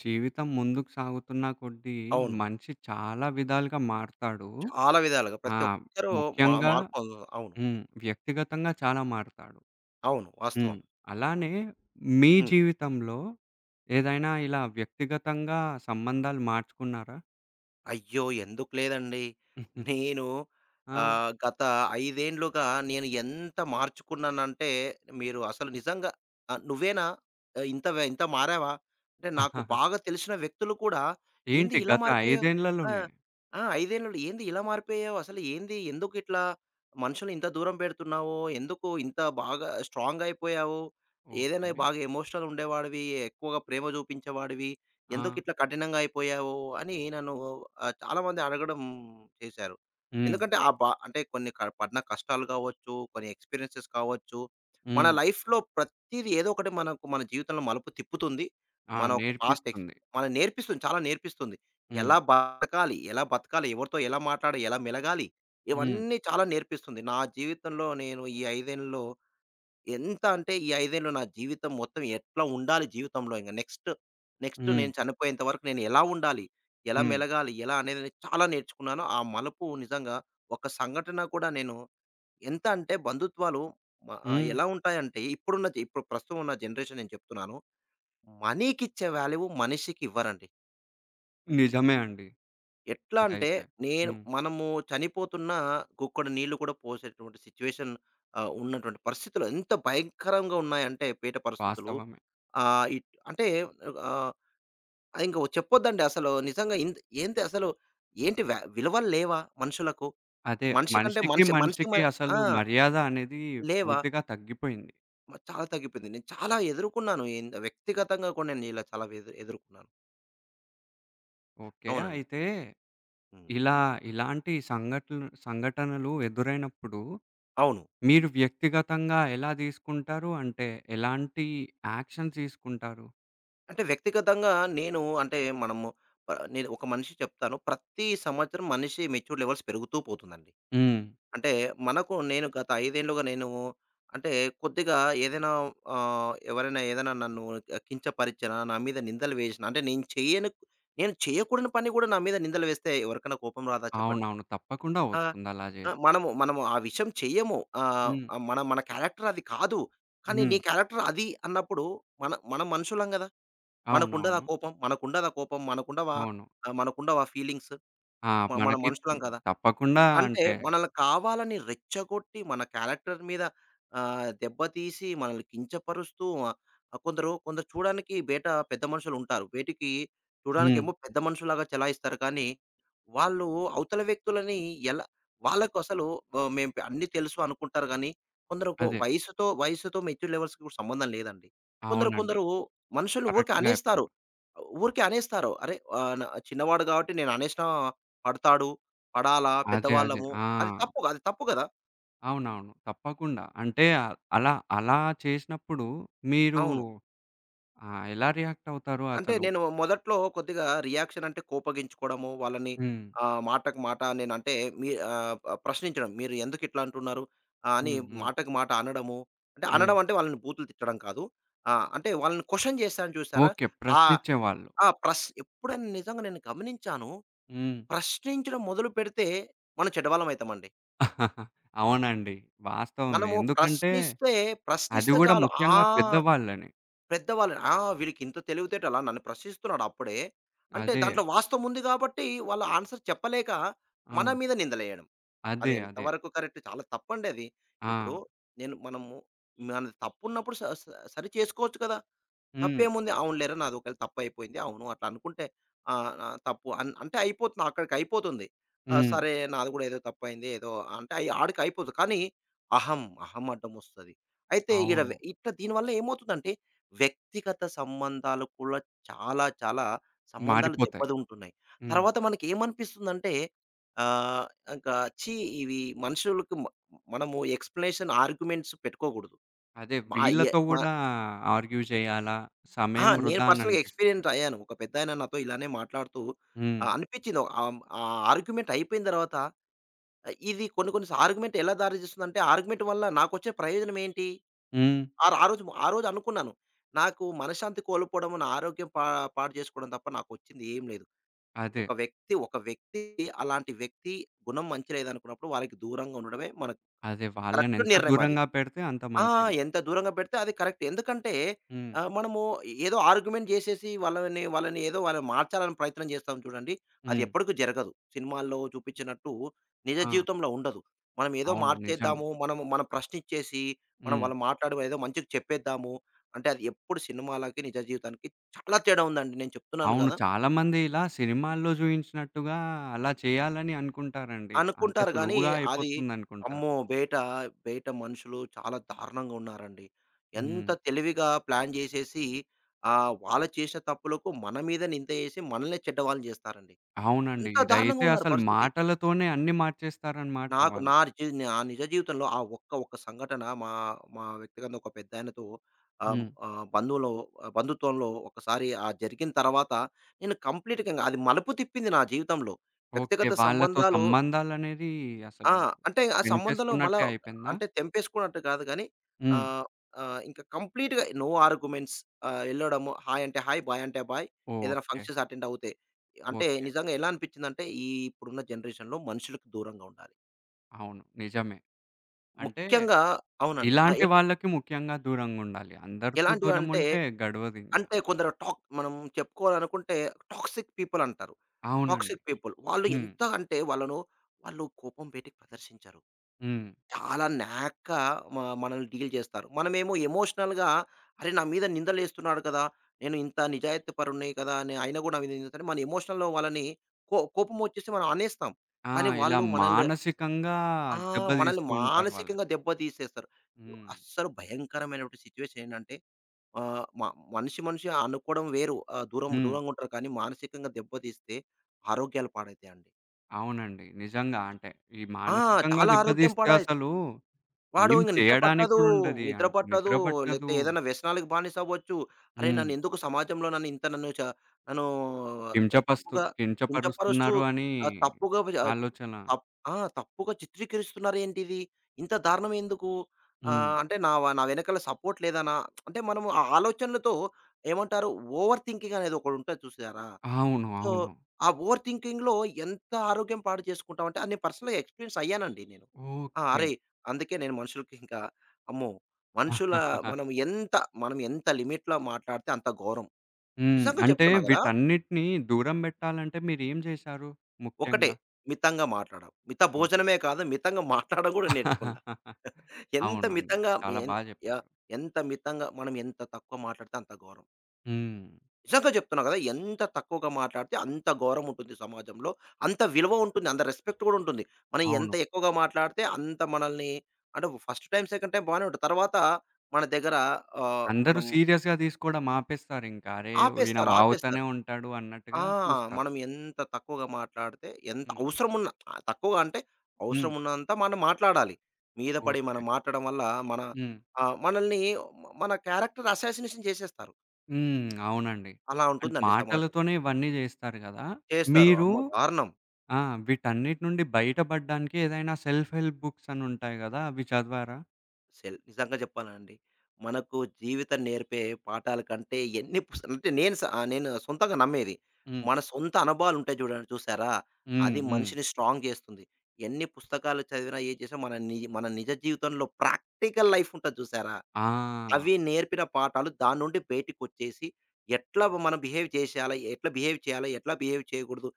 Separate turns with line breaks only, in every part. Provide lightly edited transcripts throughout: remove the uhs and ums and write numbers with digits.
జీవితం ముందుకు సాగుతున్న కొద్దీ
అవును.
మనిషి చాలా విధాలుగా మారతాడు.
చాలా విధాలుగా
ఆ!
ప్రతి ఒక్కరూ
ముఖ్యంగా
మార్పు. అవును.
వ్యక్తిగతంగా చాలా మారతాడు.
అవును.
హ్మ్.
వాస్తవం.
అలానే మీ
హ్మ్.
జీవితంలో ఏదైనా ఇలా వ్యక్తిగతంగా సంబంధాలు మార్చుకున్నారా?
అయ్యో! ఎందుకు లేదండి. నేను
ఆ!
గత 5 ఏండ్లుగా నేను ఎంత మార్చుకున్నానంటే, మీరు అసలు నిజంగా "నువ్వేనా? ఇంత ఇంత మారావా?" అంటే నాకు బాగా తెలిసిన వ్యక్తులు కూడా, "ఏంది
ఏంటి
ఇలా
గత 5
మారిపోయావు?" ఆ!
ఏండ్లలోనే?
ఆ! 5 ఏండ్లలో "ఏంది ఇలా మారిపోయావు? అసలు ఏంది? ఎందుకు ఇట్లా మనుషుల్ని ఇంత దూరం పెడుతున్నావు? ఎందుకు ఇంత బాగా స్ట్రాంగ్ అయిపోయావు? ఏదైనా
ఓకే.
బాగా ఎమోషనల్ ఉండేవాడివి, ఎక్కువగా ప్రేమ చూపించేవాడివి."
ఆ!
ఎందుకిట్లా కఠినంగా అయిపోయావు అని నన్ను చాలామంది అడగడం చేశారు.
హ్మ్.
ఎందుకంటే ఆ బా అంటే కొన్ని పడిన కష్టాలు కావచ్చు, కొన్ని ఎక్స్‌పీరియన్సెస్ కావచ్చు, మన
హ్మ్.
లైఫ్‌లో ప్రతీది ఏదో ఒకటి మనకు మన జీవితంలో మలుపు తిప్పుతుంది.
ఆ!
మన ఒక పాస్ట్ ఎక్స్
నేర్పిస్తుంది.
మనకు నేర్పిస్తుంది. చాలా నేర్పిస్తుంది.
హ్మ్.
ఎలా బతకాలి? ఎలా బతకాలి? ఎవరితో ఎలా మాట్లాడాలి? ఎలా మెలగాలి?
హ్మ్.
ఇవన్నీ చాలా నేర్పిస్తుంది. నా జీవితంలో నేను ఈ ఐదేళ్లలో ఎంత అంటే ఈ 5 నా జీవితం మొత్తం ఎట్లా ఉండాలి జీవితంలో ఇంక నెక్స్ట్
హ్మ్.
నేను చనిపోయేంత వరకు నేను ఎలా ఉండాలి? ఎలా
హ్మ్.
మెలగాలి? ఎలా అనేది నేను చాలా నేర్చుకున్నాను. ఆ మలుపు నిజంగా ఒక సంఘటన కూడా నేను ఎంత అంటే బంధుత్వాలు
హ్మ్.
ఎలా ఉంటాయంటే ఇప్పుడు ప్రస్తుతం ఉన్న జనరేషన్ నేను చెప్తున్నాను. మనీకిచ్చే వాల్యూ మనిషికి ఇవ్వరండి.
నిజమే అండి.
ఎట్లా అంటే
ఇదైతే. హ్మ్.
మనము చనిపోతున్నా గుక్కడు నీళ్లు కూడా పోసేటువంటి సిట్యుయేషన్, ఉన్నటువంటి పరిస్థితులు ఎంత భయంకరంగా ఉన్నాయంటే పరిస్థితులు.
వాస్తవమే.
ఆహ్, ఇట్ అంటే ఆహ్, ఇంక చెప్పొద్దండి అసలు. నిజంగా ఏంటి అసలు ఏంటి విలువలు లేవా మనుషులకు?
అదే.
మనిషి కంటే
మనిషికి,
మనిషి మనిషి మ
మనిషికి
ఆ!
అసలు మర్యాద అనేది
లేవా?
పూర్తిగా తగ్గిపోయింది.
చాలా తగ్గిపోయింది. నేను చాలా ఎదుర్కొన్నాను. వ్యక్తిగతంగా కూడా నేను ఇలా చాలా ఎదుర్కొన్నాను.
ఓకే.
అవునండి.
అయితే
హ్మ్.
ఇలా ఇలాంటి సంఘటనలు సంఘటనలు ఎదురైనప్పుడు
అవును.
మీరు వ్యక్తిగతంగా ఎలా తీసుకుంటారు? అంటే ఎలాంటి యాక్షన్స్ తీసుకుంటారు?
అంటే వ్యక్తిగతంగా నేను అంటే మనము నేను ఒక మనిషి చెప్తాను. ప్రతి సంవత్సరం మనిషి మెచ్యూర్ లెవెల్స్ పెరుగుతూ పోతుందండి.
హ్మ్.
అంటే నేను గత 5 ఏండ్లుగా నేను అంటే కొద్దిగా ఏదైనా ఎవరైనా ఏదైనా నన్ను కించపరిచినా, నా మీద నిందలు వేసినా అంటే నేను చేయను. నేను చేయకూడని పని కూడా నా మీద నిందలు వేస్తే ఎవరికైనా కోపం రాదా చెప్పండి?
అవునవును. తప్పకుండా
ఆ!
వస్తుంది అలా
ఆ!
చేస్తే.
మనము మనము ఆ విషయం చెయ్యము.
హ్మ్.
మన మన క్యారెక్టర్ అది కాదు. కానీ
హ్మ్.
నీ క్యారెక్టర్ అది అన్నప్పుడు మనం మనుషులం గదా! మనకుండదా
అవునవును.
కోపం? మనకుండదా కోపం? మనకుండవా
అవును.
మనకుండవా ఫీలింగ్స్?
ఆ!
మనం
మనకి
మనుషులం కదా!
తప్పకుండా
అంటే
అంటే
మనల్ని కావాలని రెచ్చగొట్టి, మన క్యారెక్టర్ మీద దెబ్బతీసి, మనల్ని కించపరుస్తూ కొందరు కొందరు చూడడానికి పెద్ద మనుషులుంటారు. బయటికి
హ్మ్.
చూడడానికేమో పెద్ద మనుషులాగా చెలాయిస్తారు కానీ, వాళ్ళు అవతల వ్యక్తులని ఎలా, వాళ్ళకు అసలు మేము అన్నీ తెలుసు అనుకుంటారు గానీ, కొందరుకు
అదే.
వయసుతో వయసుతో మెచ్యూర్ లెవెల్స్‌కి కూడా సంబంధం లేదండి. కొందరు
అవునండి.
కొందరు మనుషులు ఊరికే
కరెక్ట్‌గా చెప్పారు.
అనేస్తారు. ఊరికే అనేస్తారు. అరే! ఆహ్, న చిన్నవాడు కాబట్టి నేను అనేసినా పడతాడు. పడాలా?
అదే. అదే.
పెద్దవాళ్ళము.
ఆ!
అది తప్పు గదా!
అవునవును. తప్పకుండా. అంటే అలా అలా చేసినప్పుడు మీరు
అవును.
ఎలా రియాక్ట్ అవుతారు
అంటే
అసలు?
నేను మొదట్లో కొద్దిగా రియాక్షన్ అంటే కోపగించుకోవడము, వాళ్ళని
హ్మ్.
మాటకు మాట మీ ఆహ్, ప్రశ్నించడం. మీరు ఎందుకు ఇట్లా అంటున్నారు? ఆ, అని
హ్మ్. హ్మ్.
మాటకు మాట అనడము. అంటే
హ్మ్.
అనడం అంటే వాళ్ళని బూతులు తిట్టడం కాదు. ఆ! అంటే వాళ్ళని క్వెషన్ చేశాను చూసారా?
ఓకే.
ఆ!
ప్రశ్నించేవాళ్ళు.
ఆ! ఎప్పుడైనా నిజంగా నేను గమనించాను.
హ్మ్.
ప్రశ్నించడం మొదలుపెడితే మనం చెడ్డవాళ్ళం అయితామండి.
అవునండి. వాస్తవమే.
మనము
ఎందుకంటే
ప్రశ్నిస్తే,
అది
ప్రశ్నిస్తే
గూడా
చాలు. ఆ!
ముఖ్యంగా పెద్దవాళ్ళని.
పెద్దవాళ్ళని ఆ! వీడికి ఇంత తెలివితేటలా నన్ను ప్రశ్నిస్తున్నాడు అప్పుడే. అంటే
అదే.
దాంట్లో వాస్తవం ఉంది కాబట్టి వాళ్ళు ఆన్సర్ చెప్పలేక
ఆ!
మన మీద నిందలేయడం. అది
అదే. అదే.
ఎంతవరకు కరెక్ట్, చాలా తప్పండి అది.
ఆ!
ఇప్పుడు మనము మనది తప్పున్నప్పుడు స స సరి చేసుకోవచ్చు కదా!
హ్మ్.
తప్పేముంది. అవునులేరా! నాది ఒకవేళ తప్పయిపోయింది. అవును. అట్లా అనుకుంటే ఆహ్, ఆహ్, తప్పు అన్ అంటే అయిపోతుంది. అక్కడికి అయిపోతుంది.
హ్మ్.
సరే నాది గూడా ఏదో తప్పయింది. ఏదో అంటే ఆడికి అయిపోతుంది. కానీ అహం అడ్డమొస్తది. అయితే ఈడ వె
అవును.
ఇట్లా దీనివల్ల ఏమవుతుందంటే వ్యక్తిగత సంబంధాలు కూడా చాలా చాలా సంబంధాలు
మారిపోతాయి.
దెబ్బతింటున్నాయి.
హ్మ్.
తర్వాత మనకేమనిపిస్తుందంటే ఆహ్, ఇంకా ఛీ! ఇవి మనుషులకు మ మనము ఎక్స్‌ప్లనేషన్ ఆర్గ్యుమెంట్స్ పెట్టుకోకూడదు.
అదే
మా ఎ
వీళ్ళతో
మా
గూడా ఆర్గ్యూ చేయాలా?
ఆ!
సమయం
నేను
వృధా అని
పర్సనల్‌గా ఎక్స్‌పీరియన్స్
అనిపిస్తుంది.
అయ్యాను. ఒక పెద్దాయన నాతో ఇలానే మాట్లాడుతూ
హ్మ్.
అనిపిచ్చింది. ఆహ్, హ్మ్, ఆ ఆర్గ్యుమెంట్ అయిపోయిన తర్వాత ఇది కొన్ని కొన్ని ఆర్గ్యుమెంట్ ఎలా దారితీస్తుందంటే ఆర్గ్యుమెంట్ వల్ల నాకొచ్చే ప్రయోజనం ఏంటి?
హ్మ్.
ఆర్ ఆ రోజు ఆ రోజు అనుకున్నాను. నాకు మనశ్శాంతి కోల్పోవడం, నా ఆరోగ్యం పాడు చేసుకోవడం తప్ప నాకొచ్చింది ఏం లేదు.
అదే.
ఒక వ్యక్తి అలాంటి వ్యక్తి గుణం మంచి లేదనుకున్నప్పుడు వారికి దూరంగా ఉండడమే మనకు
అదే.
కరెక్ట్
వాళ్ళనెంత
నిర్ణయం అది.
దూరంగా పెడితే అంత
ఆ!
మంచిది.
ఎంత దూరంగా పెడితే అది కరెక్ట్. ఎందుకంటే
హ్మ్.
మనము ఏదో ఆర్గ్యుమెంట్ చేసేసి వాళ్ళని ఏదో వాళ్ళని మార్చాలని ప్రయత్నం చేస్తాం చూడండి. అది
హ్మ్.
ఎప్పటికి జరగదు. సినిమాల్లో చూపించినట్టు నిజ
ఆ!
జీవితంలో ఉండదు. మనం ఏదో
అవును. నిజమే.
మార్చేద్దాము, మనం ప్రశ్నిచ్చేసి, మనం
హ్మ్.
వాళ్ళు మాట్లాడి ఏదో మంచిగా చెప్పేద్దాము అంటే అది ఎప్పుడు, సినిమాలకి నిజ జీవితానికి చాలా తేడా ఉందండి. నేను చెప్తున్నాను
అవును.
కదా!
చాలా మంది ఇలా సినిమాల్లో జూయించినట్టుగా అలా చేయాలని అనుకుంటారండి. అంత
అనుకుంటారు గానీ,
సులువుగా
అది
అయిపోతుందనుకుంటారు.
అమ్మో! బయట మనుషులు చాలా దారుణంగా ఉన్నారండి. ఎంత
హ్మ్.
తెలివిగా ప్లాన్ జేసేసి, వాళ్ళు చేసిన తప్పులకు మన మీద నింద ఏసి, మనల్నే చెడ్డవాళ్ళని జేస్తారండి.
అవునండి.
అంత దారుణంగా
ఇదైతే
ఉన్నారు
అసలు
పరిస్థితి.
మాటలతోనే అన్నీ మార్చేస్తారనమాట
నాకు
వాళ్ళు.
నా జీ నా నిజ జీవితంలో ఆ ఒక్క సంఘటన మా వ్యక్తిగతంగా ఒక పెద్దాయనతో ఆహ్,
హ్మ్.
ఆహ్, బంధుత్వంలో ఒకసారి ఆ జరిగిన తర్వాత, నేను కంప్లీట్‌గా అది మలుపు తిప్పింది నా జీవితంలో.
ఓకే.
వ్యక్తిగత
వాళ్ళతో
సంబంధాలు
సంబంధాలనేది అసలు
ఆ! అంటే ఆ సంబంధంలో మళ్ళా
పెంచేసుకున్నట్టే అయిపోయిందా?
అంటే తెంపేసుకున్నట్టు కాదు గానీ
హ్మ్.
ఆహ్, ఆహ్, ఇంకా కంప్లీట్‌గా నో ఆర్గ్యుమెంట్స్, ఎళ్ళడము హాయ్ అంటే హాయ్, బాయ్ అంటే బాయ్. ఏదైనా
ఓకే.
ఫంక్షన్స్ అటెండ్ అవుతే. అంటే
ఓకే.
నిజంగా ఎలా అనిపించిందంటే ఇప్పుడున్న జనరేషన్‌లో మనుషులకు దూరంగా ఉండాలి.
అవును. నిజమే. అంటే
ముఖ్యంగా అవునండి. ఆహ్, ఎ
ఇలాంటి వాళ్ళకి ముఖ్యంగా దూరంగుండాలి. అందరితో
ఎలాంటివంటే
దూరముంటే గడవదింక.
అంటే కొందరు మనం చెప్పుకోవాలనుకుంటే టాక్సిక్ పీపుల్ అంటారు.
అవునండి.
Toxic people. వాళ్ళు
హ్మ్.
ఎంత అంటే వాళ్ళను వాళ్ళు కోపం బయటికి ప్రదర్శించరు.
హ్మ్.
చాలా నాక్‌గా మనల్ని డీల్ చేస్తారు. మనమేమో ఎమోషనల్‌గా అరే! నా మీద నిందలేస్తున్నాడు కదా! నేను ఇంత నిజాయితీపరుడిని కదా! అని అయినా కూడా నా మీద నిందిస్తాడు. మన ఎమోషనల్‌లో వాళ్ళని కోపమొచ్చేసి మనం అనేస్తాం.
ఆ!
కానీ
ఇలా
వాళ్ళు మనల్ని
మానసికంగా
ఆ! మనల్ని
దెబ్బతీస్తూ ఉంటారు వాళ్ళని.
మానసికంగా దెబ్బ తీసేస్తారు.
హ్మ్.
అస్సలు భయంకరమైనటువంటి సిట్యుయేషన్ ఏంటంటే ఆహ్, మ మనిషి మనిషి అనుకోవడం వేరు. ఆహ్, దూరం
హ్మ్.
దూరంగుంటారు. కానీ మానసికంగా దెబ్బ తీస్తే ఆరోగ్యాలు పాడైతాయండి.
అవునండి. నిజంగా అంటే, ఈ
ఆ!
మానసికంగా
చాలా ఆరోగ్యం
దెబ్బతీస్తే
పాడై
అసలు
వాడు
ఏం
ఇంక నిద్ర
చేయడానికి
పట్టదు,
కూడా ఉండది.
నిద్ర
అంటే
పట్టదు.
నిద్ర
లేకపోతే
పట్టదు.
ఏదైనా వ్యసనాలకు బానిసవ్వచ్చు. అరే!
హ్మ్.
సమాజంలో నన్ను ఇంత నన్ను తప్పుగా కించపరుస్తూ,
కించపరుస్తున్నారు అని
ఆహ్, తప్పుగా ఆహ్,
ఆలోచన.
తప్ ఆ! తప్పుగా చిత్రీకరిస్తున్నారేంటిది? ఇంత దారుణం ఎందుకు?
హ్మ్.
అంటే నా వెనకాల సపోర్ట్ లేదనా? అంటే మనము ఆ ఆలోచనలతో ఏమంటారు? ఓవర్ థింకింగ్ అనేది ఒకటుంటది చూసారా?
అవును.
సో,
అవును.
ఆ ఓవర్ థింకింగ్‌లో ఎంత ఆరోగ్యం పాడు చేసుకుంటామంటే, అది నేను పర్సనల్‌గా ఎక్స్‌పీరియన్స్ అయ్యానండి నేను. ఆ!
ఓకే.
అరేయ్! అందుకే నేను మనుషులకి ఇంకా అమ్మో! మనుషుల మనం ఎంత మనం ఎంత లిమిట్‌లో మాట్లాడితే అంత గౌరవం.
హ్మ్.
నిజంగా
అంటే
చెప్తున్నా కదా!
వీటన్నిటిని దూరం బెట్టాలంటే మీరేం జేశారు
ఒకటే
ముఖ్యంగా?
మితంగా మాట్లాడడం. మిత
ఓహ్!
భోజనమే కాదు మితంగా మాట్లాడడం కూడా నేర్చుకున్నా. ఎంత
అవునండి.
మితంగా
చాలా
మేన్
బా జెప్
యాహ్! ఎంత మితంగా మనం ఎంత తక్కువ మాట్లాడితే అంత గౌరవం.
హ్మ్.
నిజంగా చెప్తున్నా కదా! ఎంత తక్కువగా మాట్లాడితే అంత గౌరవం ఉంటుంది సమాజంలో. అంత విలువ ఉంటుంది. అంత రెస్పెక్ట్ కూడా ఉంటుంది. మనం ఎంత
అవును.
ఎక్కువగా మాట్లాడితే అంత మనల్ని, అంటే ఫస్ట్ టైమ్, సెకండ్ టైమ్ బానే ఉంటుంది. తర్వాత మన దగ్గర ఆహ్,
అందరూ
మనం
సీరియస్‌గా తీసుకోవడం ఆపేస్తారింక. అరే! ఈయన
ఆపేస్తారు.
వాగుతనే ఉంటాడు
ఆ!
అన్నట్టుగా చూస్తారు.
మనం ఎంత తక్కువగా మాట్లాడితే ఎంత
హ్మ్.
అవసరం ఉన్న ఆ, తక్కువగా అంటే అవసరం
హ్మ్.
ఉన్నంత మనం మాట్లాడాలి. మీద పడి మనం
ఓకే.
మాట్లాడడం వల్ల మన
హ్మ్.
మనల్ని మన క్యారెక్టర్ అసాసినేషన్ చేసేస్తారు.
హ్మ్. అవునండి.
అలా
అంటే
ఉంటుందండి సమాజం.
మాటలతోనే ఇవన్నీ జేస్తారు గదా!
చేస్తారు.
మీరు
అమ్మో! దారుణం.
ఆ! వీటన్నిటి నుండి బయటపడడానికి ఏదైనా సెల్ఫ్ హెల్ప్ బుక్స్ అని ఉంటాయి గదా! అవి చదివారా?
నిజంగా చెప్పాలండి. మనకు జీవితం నేర్పే పాఠాల కంటే ఎన్ని అంటే నేను స ఆ నేను సొంతంగా నమ్మేది.
హ్మ్.
మన సొంత అనుభవాలుంటాయి చూడండి చూసారా?
హ్మ్.
అది
హ్మ్.
మనిషిని స్ట్రాంగ్ చేస్తుంది. ఎన్ని పుస్తకాలు చదివినా, ఏది చేసినా మన నిజ జీవితంలో ప్రాక్టికల్ లైఫ్ ఉంటది చూసారా?
ఆ!
అవి నేర్పిన పాఠాలు దాని నుండి బయటికొచ్చేసి, ఎట్లా మనం బిహేవ్ చేసేయాలి, ఎట్లా బిహేవ్ చేయాలి, ఎట్లా బిహేవ్ చేయకూడదు,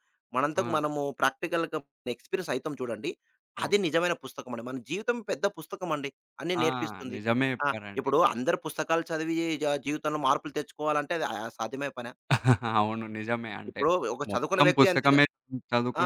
ఆ!
మనంతకు మనము ప్రాక్టికల్‌గా ఎక్స్‌పీరియన్స్ అయితాం చూడండి.
ఓహ్!
అది నిజమైన పుస్తకమండి. మన జీవితం పెద్ద పుస్తకమండి. అన్నీ
ఆ!
నేర్పిస్తుంది.
నిజమే
ఆ!
చెప్పారండి.
ఇప్పుడు అందరూ పుస్తకాలు చదివి జీవితంలో మార్పులు తెచ్చుకోవాలంటే అది సాధ్యమయ్యే పనా?
అవును. నిజమే. అంటే
ఇప్పుడు ఒక చదువుకున్న
మొత్తం
వ్యక్తి అంతే చ
పుస్తకమే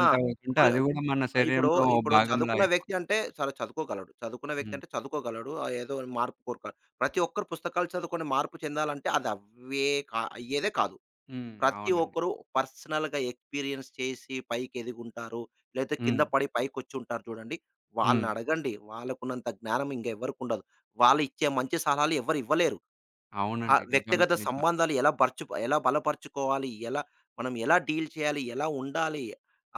ఆ!
పోతుంటే
ఇప్పుడు
అది గూడా మన
ఇప్పుడు,
శరీరంలో
ఇప్పుడు
భాగంలా
చదువుకున్న
అయిపోతుంది.
వ్యక్తి అంటే చాలా చదువుకోగలడు. చదువుకున్న వ్యక్తి
హ్మ్.
అంటే చదువుకోగలడు. ఏదో మార్పు కోరుకోడు. ప్రతి ఒక్కరు పుస్తకాలు చదువుకొని మార్పు చెందాలంటే అది అవ్వే కా అయ్యేదే కాదు.
హ్మ్.
ప్రతి
అవునండి.
ఒక్కరు పర్సనల్‌గా ఎక్స్‌పీరియన్స్ చేసి పైకెదిగుంటారు. లేతే కింద
హ్మ్.
పడి పైకొచ్చుంటారు చూడండి.
హ్మ్.
వాళ్ళనడగండి. వాళ్ళకున్నంత జ్ఞానం ఇంకెవ్వరికుండదు. వాళ్ళు ఇచ్చే మంచి సలహాలు ఎవ్వరు ఇవ్వలేరు. ఆ
అవునండి. నిజం.
వ్యక్తిగత
నిజం.
సంబంధాలు ఎలా ఎలా బలపరుచుకోవాలి? ఎలా ఎలా డీల్ చేయాలి? ఎలా ఉండాలి?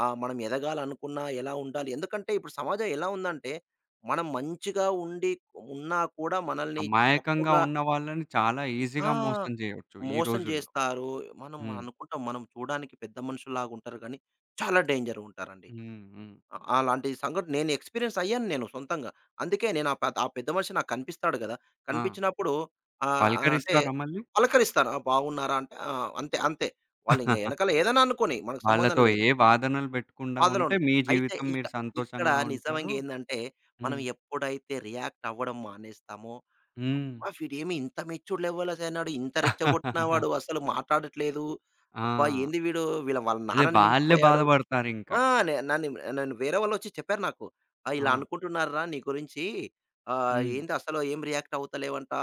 మనం ఎదగాలనుకున్నా ఎలా ఉండాలి? ఎందుకంటే ఇప్పుడు సమాజం ఎలా ఉందంటే, మనం మంచిగా ఉండి ఉన్నా కూడా మనల్ని
అమాయకంగా
తప్పుగా
ఉన్న వాళ్ళని చాలా ఈజీగా
ఆ!
మోసం జేయొచ్చు ఈ
మోసం
రోజుల్లో.
జేస్తారు. మనం
హ్మ్.
అనుకుంటాం మనం చూడడానికి పెద్ద మనుషుల్లాగా ఉంటారు గానీ, చాలా డేంజర్ ఉంటారండి.
హ్మ్. హ్మ్.
అలాంటి సంఘటన నేను ఎక్స్‌పీరియన్స్ అయ్యాను నేను సొంతంగా. అందుకే నేను ఆ పెద్ద మనిషి నాకు కనిపిస్తాడు గదా!
ఆ!
కనిపించినప్పుడు ఆహ్, ఆహ్, అంటే
పలకరిస్తారా మళ్ళీ?
పలకరిస్తాను. "ఆ! బాగున్నారా?" అంటే ఆ! అంతే. వాళ్ళింక ఎనకాల ఏదైనా అనుకోని మనకు సంబంధం
వాళ్ళతో
లేదు.
ఏ వాదనలు పెట్టకుండా
బాధలో
ఉంటే
ఉండదు.
మీ
అయితే
జీవితం మీరు
ఇక్కడ
సంతోషంగా
నిజంగా
ఉంటారు.
ఏందంటే, మనం
హ్మ్.
ఎప్పుడైతే రియాక్ట్ అవ్వడం మానేస్తామో,
హ్మ్.
అబ్బా! వీడేమి ఇంత మెచ్యూర్డ్ లెవెల్ అయినాడు. ఇంత రెచ్చగొట్టిన వాడు అసలు మాట్లాడట్లేదు. అబ్బా!
ఆ!
ఏంది వీడు వాళ్ళ
అదే
నాన్నని
వాళ్ళే
మించిపోయాడు.
బాధపడతారింక.
ఆ! నే నన్ని నన్ను వేరే వాళ్ళొచ్చి చెప్పారు నాకు. "ఆ! ఇలా
ఆ!
అనుకుంటున్నారురా నీ గురించి.
హ్మ్.
ఏంది అసలు ఏం రియాక్ట్ అవ్వతలేవంట."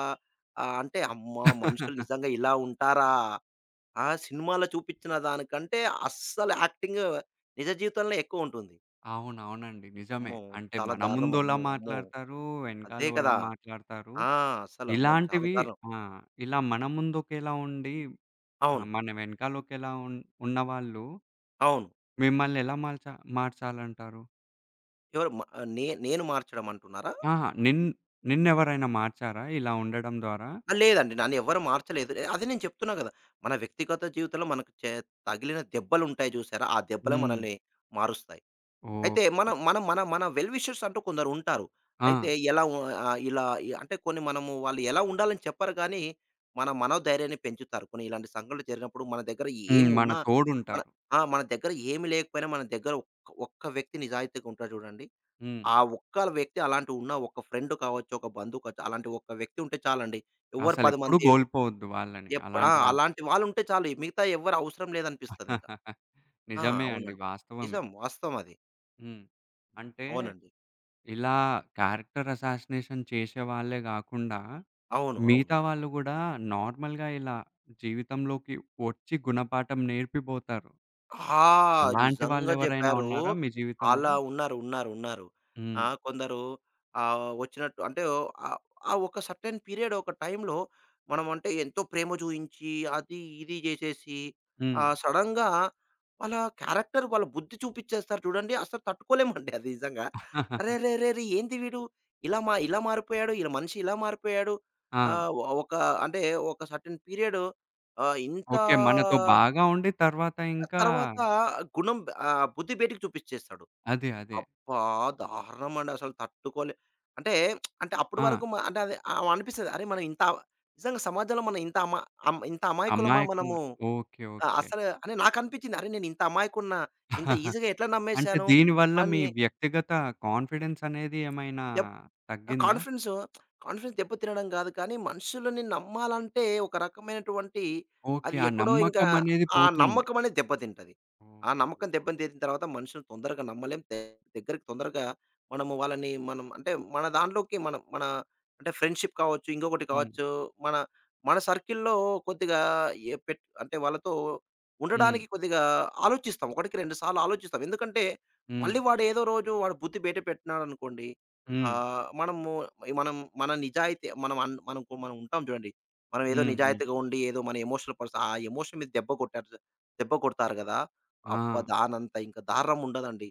అంటే అమ్మా! మనుషులు నిజంగా ఇలా ఉంటారా? ఆ సినిమాలో చూపిచ్చిన దానికంటే అస్సలు యాక్టింగ్ నిజ జీవితంలో ఎక్కువుంటుంది.
అవునవునండి. నిజమే.
అమ్మో!
అంటే
చాలా
మన
దారుణం.
ముందోలా
అమ్మో!
మాట్లాడతారు,
అదే
వెనకాలోలా
కదా!
మాట్లాడతారు.
ఆ! అసలు అమ్మో! చాలా
ఇలాంటివి
దారుణం.
ఆ! ఇలా మన ముందొకేలా ఉండి,
అవును.
మన వెనకాలొకేలా ఉన్నవాళ్ళు
అవును.
మిమ్మల్ని ఎలా మార్చాలంటారు?
ఎవరు మ నే నేను మార్చడం అంటున్నారా?
ఆహా! నిన్నెవరైనా మార్చారా ఇలా ఉండడం ద్వారా?
ఆ! లేదండి. నన్నెవ్వరు మార్చలేదు. అదే నేను చెప్తున్నా గదా! మన వ్యక్తిగత జీవితంలో మనకు తగిలిన దెబ్బలుంటాయి జూసారా? ఆ దెబ్బలే
హ్మ్.
మనల్ని మారుస్తాయి. అయితే
ఓకే.
మనం మనం మన మన వెల్ విషర్స్ అంటూ కొందరుంటారు.
ఆ!
అయితే ఎలా ఉ ఆహ్, ఇలా ఈ- అంటే కొన్ని వాళ్ళు ఎలా ఉండాలని చెప్పరు గానీ, మన మనోధైర్యాన్ని పెంచుతారు. కొన్ని ఇలాంటి సంఘటనలు జరిగినప్పుడు మన దగ్గర
హ్మ్. మన
ఏమున్నా మన
తోడుంటారు.
ఆ! మన దగ్గర ఏమి లేకపోయినా మన దగ్గర ఒక్క ఒక్క వ్యక్తి నిజాయితీగా ఉంటాడు జూడండి.
హ్మ్.
ఆ ఒక్క వ్యక్తి అలాంటి ఉన్న ఒక ఫ్రెండ్ కావచ్చు, ఒక బంధువు కావచ్చు, అలాంటి ఒక వ్యక్తి ఉంటే చాలండి. 10
అసలెప్పుడు
మంది
కోల్పోవద్దు వాళ్ళని
ఆ!
అలాంటి వాళ్ళు.
అలాంటి వాళ్ళుంటే చాలు. మిగతా ఎవ్వరు అవసరం లేదనిపిస్తదింక. ఆ!
నిజమే అండి.
అవునండి.
వాస్తవమే.
నిజం. వాస్తవం అది.
హ్మ్. అంటే
అవునండి.
ఇలా క్యారెక్టర్ అసాసినేషన్ చేసే వాళ్ళే గాకుండా,
అవును.
మిగతా వాళ్ళు గూడా నార్మల్‌గా ఇలా జీవితంలోకి ఒచ్చి గుణపాఠం నేర్పిబోతారు.
ఆ!
అలాంటి
నిజంగా
వాళ్ళెవరైనా
జెప్పారు.
ఉన్నారా మీ జీవితంలో?
అలా ఉన్నారు. ఉన్నారు.
హ్మ్.
ఆ! కొందరు ఆహ్, వచ్చినట్టు అంటే ఆహ్, ఆ ఒక సర్టెన్ పీరియడ్ ఒక టైంలో మనం అంటే ఎంతో ప్రేమ చూయించి, అది ఇది జేసేసి
హ్మ్.
సడెన్‌గా వాళ్ళ క్యారెక్టర్, వాళ్ళ బుద్ధి చూపిచ్చేస్తారు చూడండి. అసలు తట్టుకోలేమండి అది నిజంగా. అరెరెరెరే! ఏంది వీడు ఇలా మారిపోయాడు. ఇలా మనిషి ఇలా మారిపోయాడు.
ఆ!
ఆహ్, ఒక అంటే ఒక సర్టెన్ పీరియడ్ ఆహ్, ఇంత
ఓకే. మనతో బాగా ఉండి తర్వాత ఇంకా
తర్వాత గుణం బుద్ధి బయటికి చూపిచ్చేస్తాడు.
అదే. అదే.
అబ్బా! దారుణమండి అసలు తట్టుకోలే అంటే అంటే అప్పటి
ఆ!
వరకు మ అంటే అది ఆహ్, అనిపిస్తది. అరే! నిజంగా సమాజంలో మనం ఇంత అమా అం ఇంత అమాయకులమా మనము
అమాయకంగా ఓకే. ఓకే.
అసలు అని నాకనిపిచ్చింది. అరే! నేను ఇంత అమాయకుడినా? ఇంత ఈజీగా ఎట్లా
అంటే
నమ్మేశాను?
దీనివల్ల మీ
వాడిని
వ్యక్తిగత కాన్ఫిడెన్స్ అనేది ఏమైనా
ఆ!
తగ్గిందా?
కాన్ఫిడెన్స్ దెబ్బతినడం గాదు కానీ, మనుషులని నమ్మాలంటే ఒక రకమైనటువంటి,
ఓకే.
అది
ఆ
ఎక్కడో ఇంకా
నమ్మకమనేది
ఆ
పోతుంది.
నమ్మకం అనేది దెబ్బతింటది. ఆ
ఓకే.
నమ్మకం
ఓకే.
దెబ్బతిన్న తర్వాత మనుషుల్ని తొందరగా నమ్మలేం. దగ్గరికి తొందరగా మనము వాళ్ళని మనం అంటే మన దాంట్లోకి మనం మన అంటే ఫ్రెండ్‌షిప్ కావచ్చు, ఇంకొకటి
హ్మ్.
కావచ్చు, మన మన సర్కిల్‌లో కొద్దిగా ఏ పెట్ అంటే వాళ్ళతో
హ్మ్.
ఉండడానికి కొద్దిగా ఆలోచిస్తాం. ఒకటికి 2 సార్లు ఆలోచిస్తాం. ఎందుకంటే
హ్మ్.
మళ్ళీ వాడు ఏదో రోజు వాడు బుద్ధి బయట పెట్టినాడనుకోండి
హ్మ్.
ఆహ్, మనము మనం మన నిజాయితీ మనం అన్ మనం కు- మనం ఉంటాం చూడండి. మనం ఏదో
హ్మ్. హ్మ్.
నిజాయితీగా ఉండి ఏదో మన ఎమోషనల్ పర్సన్ ఆ ఎమోషన్ మీద దెబ్బ కొడతారు గదా!
ఆ!
అబ్బా! దానంత ఇంకా దారుణం ఉండదండి.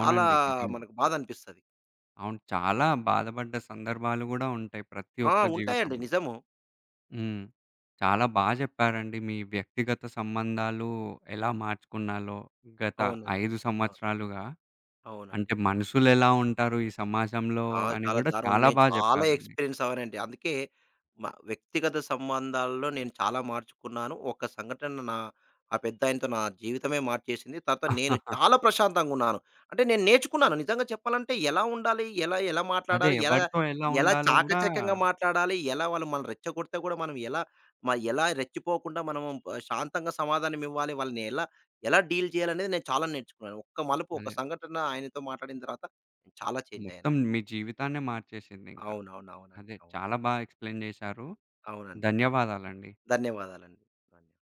చాలా
నిజమే.
మనకు బాధ అనిపిస్తది.
అవును. చాలా బాధపడ్డ సందర్భాలు గూడా ఉంటాయి ప్రతి
ఆ!
ఒక్క
ఉంటాయండి
జీవితంలో.
నిజము.
హ్మ్. చాలా బా జెప్పారండి. మీ వ్యక్తిగత సంబంధాలు ఎలా మార్చుకున్నాలో గత
అవునండి.
5
అవును.
సంవత్సరాలుగా. అంటే
అవునండి.
మనుషులెలా ఉంటారు ఈ సమాజంలో
ఆ!
అని
చాలా
గూడా
దారుణం.
చాలా
నేను
బా
చాలా
జెప్పారండి.
ఎక్స్‌పీరియన్స్ అవ్వనండి. అందుకే వ్యక్తిగత సంబంధాల్లో నేను చాలా మార్చుకున్నాను. ఒక సంఘటన ఆ పెద్దాయనతో నా జీవితమే మార్చేసింది. తర్వాత నేను చాలా ప్రశాంతంగున్నాను. అంటే నేను నేర్చుకున్నాను. నిజంగా చెప్పాలంటే ఎలా ఉండాలి? ఎలా ఎలా
అదే
మాట్లాడాలి? ఎలా
ఎవరితో ఎలా
ఎలా
ఉండాలో గూడా
చాకచక్యంగా మాట్లాడాలి? ఎలా వాళ్ళు మనల్ని రెచ్చగొడితే కూడా మనం ఎలా రెచ్చిపోకుండా మనం శాంతంగా సమాధానమివ్వాలి? వాళ్ళని ఎలా ఎలా డీల్ చేయాలనేది నేను చాలా నేర్చుకున్నాను. ఒక్క మలుపు, ఒక
అదే.
సంఘటన ఆయనతో మాట్లాడిన తర్వాత నేను చాలా చేంజ్
మొత్తం
అయ్యానండి.
మీ జీవితాన్నే మార్చేసిందింక.
అవునవును.
అదే
అవునండి.
చాలా బా ఎక్స్‌ప్లెయిన్ జేశారు.
అవునండి. ఆ!
ధన్యవాదాలండి.
ధన్యవాదాలండి. ధన్యవాదాలు.